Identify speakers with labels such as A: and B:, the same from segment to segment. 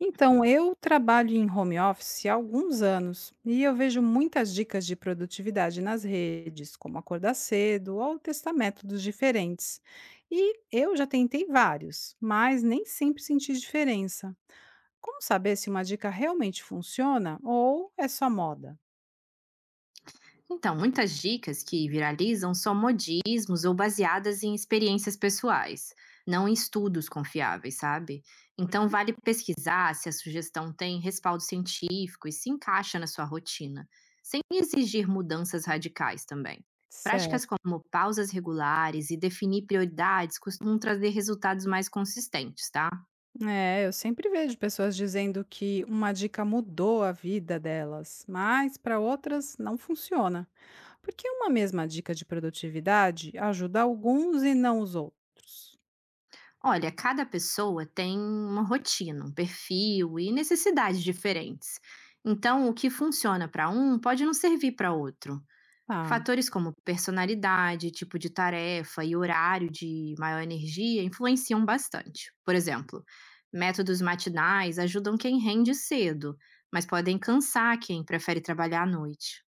A: Então, eu trabalho em home office há alguns anos e eu vejo muitas dicas de produtividade nas redes, como acordar cedo ou testar métodos diferentes. E eu já tentei vários, mas nem sempre senti diferença. Como saber se uma dica realmente funciona ou é só moda?
B: Então, muitas dicas que viralizam são modismos ou baseadas em experiências pessoais, não em estudos confiáveis, sabe? Então, vale pesquisar se a sugestão tem respaldo científico e se encaixa na sua rotina, sem exigir mudanças radicais também. Práticas como pausas regulares e definir prioridades costumam trazer resultados mais consistentes, tá?
A: É, eu sempre vejo pessoas dizendo que uma dica mudou a vida delas, mas para outras não funciona. Porque uma mesma dica de produtividade ajuda alguns e não os outros.
B: Olha, cada pessoa tem uma rotina, um perfil e necessidades diferentes. Então, o que funciona para um pode não servir para outro.
A: Ah,
B: Fatores como personalidade, tipo de tarefa e horário de maior energia influenciam bastante. Por exemplo, métodos matinais ajudam quem rende cedo, mas podem cansar quem prefere trabalhar à noite.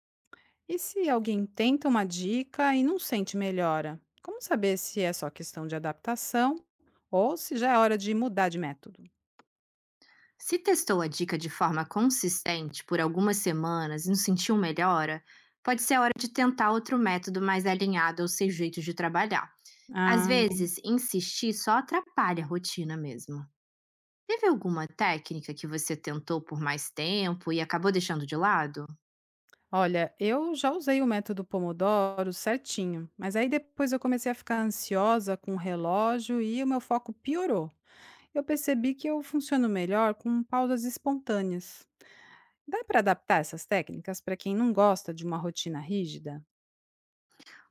A: e se alguém tenta uma dica e não sente melhora? Como saber se é só questão de adaptação ou se já é hora de mudar de método?
B: Se testou a dica de forma consistente por algumas semanas e não sentiu melhora, pode ser a hora de tentar outro método mais alinhado ao seu jeito de trabalhar. Às
A: Ah.
B: vezes, insistir só atrapalha a rotina mesmo. Teve alguma técnica que você tentou por mais tempo e acabou deixando de lado?
A: Olha, eu já usei o método Pomodoro certinho, mas aí depois eu comecei a ficar ansiosa com o relógio e o meu foco piorou. Eu percebi que eu funciono melhor com pausas espontâneas. Dá para adaptar essas técnicas para quem não gosta de uma rotina rígida?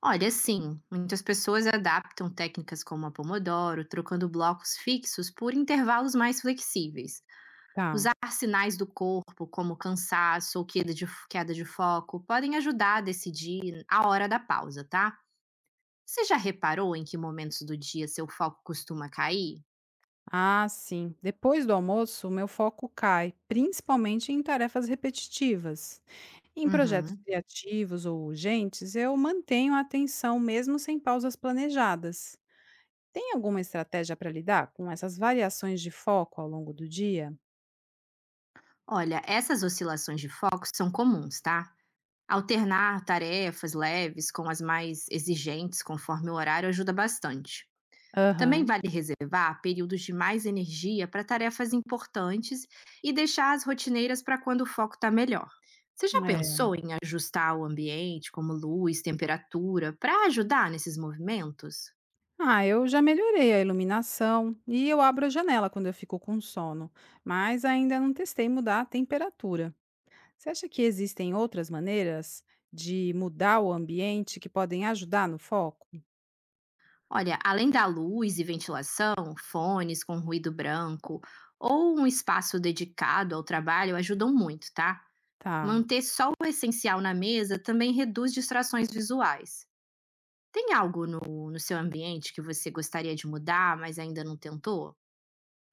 B: Olha, sim, muitas pessoas adaptam técnicas como a Pomodoro, trocando blocos fixos por intervalos mais flexíveis.
A: Tá.
B: Usar sinais do corpo, como cansaço ou queda de foco, podem ajudar a decidir a hora da pausa, tá? Você já reparou em que momentos do dia seu foco costuma cair?
A: Ah, sim. Depois do almoço, o meu foco cai, principalmente em tarefas repetitivas. Em projetos
B: Uhum.
A: criativos ou urgentes, eu mantenho a atenção mesmo sem pausas planejadas. Tem alguma estratégia para lidar com essas variações de foco ao longo do dia?
B: Olha, essas oscilações de foco são comuns, tá? Alternar tarefas leves com as mais exigentes conforme o horário ajuda bastante. Também
A: Aham,
B: vale reservar períodos de mais energia para tarefas importantes e deixar as rotineiras para quando o foco está melhor. Você já
A: é.
B: pensou em ajustar o ambiente, como luz, temperatura, para ajudar nesses movimentos?
A: Ah, eu já melhorei a iluminação e eu abro a janela quando eu fico com sono, mas ainda não testei mudar a temperatura. Você acha que existem outras maneiras de mudar o ambiente que podem ajudar no foco?
B: Olha, além da luz e ventilação, fones com ruído branco ou um espaço dedicado ao trabalho ajudam muito, tá?
A: Tá.
B: Manter só o essencial na mesa também reduz distrações visuais. Tem algo no seu ambiente que você gostaria de mudar, mas ainda não tentou?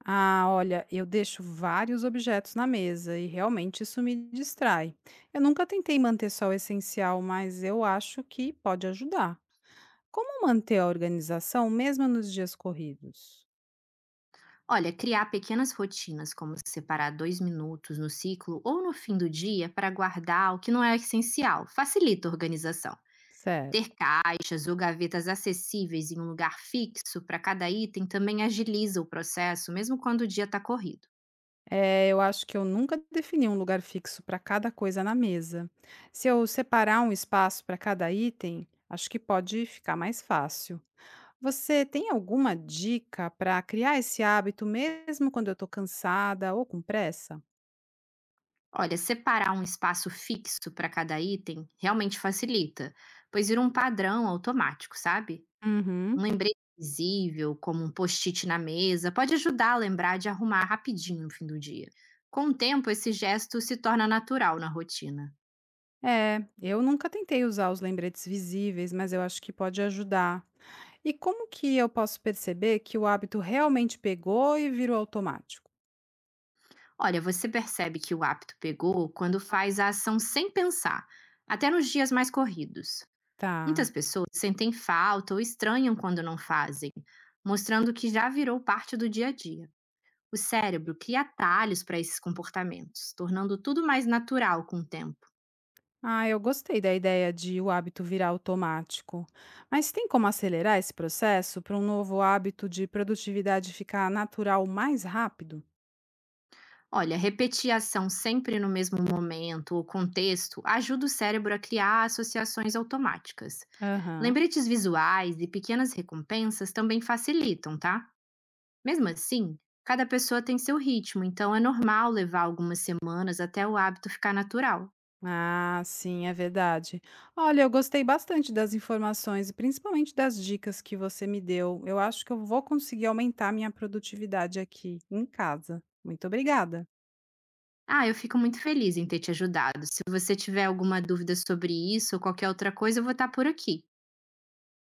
A: Ah, olha, eu deixo vários objetos na mesa e realmente isso me distrai. Eu nunca tentei manter só o essencial, mas eu acho que pode ajudar. Como manter a organização mesmo nos dias corridos?
B: Olha, criar pequenas rotinas, como separar 2 minutos no ciclo ou no fim do dia para guardar o que não é essencial, facilita a organização. Ter
A: Certo.
B: caixas ou gavetas acessíveis em um lugar fixo para cada item também agiliza o processo, mesmo quando o dia está corrido.
A: É, eu acho que eu nunca defini um lugar fixo para cada coisa na mesa. Se eu separar um espaço para cada item, acho que pode ficar mais fácil. Você tem alguma dica para criar esse hábito mesmo quando eu estou cansada ou com pressa?
B: Olha, separar um espaço fixo para cada item realmente facilita, pois vira um padrão automático, sabe? Um
A: Uhum.
B: lembrete visível, como um post-it na mesa, pode ajudar a lembrar de arrumar rapidinho no fim do dia. Com o tempo, esse gesto se torna natural na rotina.
A: É, eu nunca tentei usar os lembretes visíveis, mas eu acho que pode ajudar. E como que eu posso perceber que o hábito realmente pegou e virou automático?
B: Olha, você percebe que o hábito pegou quando faz a ação sem pensar, até nos dias mais corridos.
A: Tá.
B: Muitas pessoas sentem falta ou estranham quando não fazem, mostrando que já virou parte do dia a dia. O cérebro cria atalhos para esses comportamentos, tornando tudo mais natural com o tempo.
A: Ah, eu gostei da ideia de o hábito virar automático. Mas tem como acelerar esse processo para um novo hábito de produtividade ficar natural mais rápido?
B: Olha, repetir a ação sempre no mesmo momento ou contexto ajuda o cérebro a criar associações automáticas.
A: Aham.
B: Lembretes visuais e pequenas recompensas também facilitam, tá? Mesmo assim, cada pessoa tem seu ritmo, então é normal levar algumas semanas até o hábito ficar natural.
A: Ah, sim, é verdade. Olha, eu gostei bastante das informações e principalmente das dicas que você me deu. Eu acho que eu vou conseguir aumentar minha produtividade aqui em casa. Muito obrigada.
B: Ah, eu fico muito feliz em ter te ajudado. Se você tiver alguma dúvida sobre isso ou qualquer outra coisa, eu vou estar por aqui.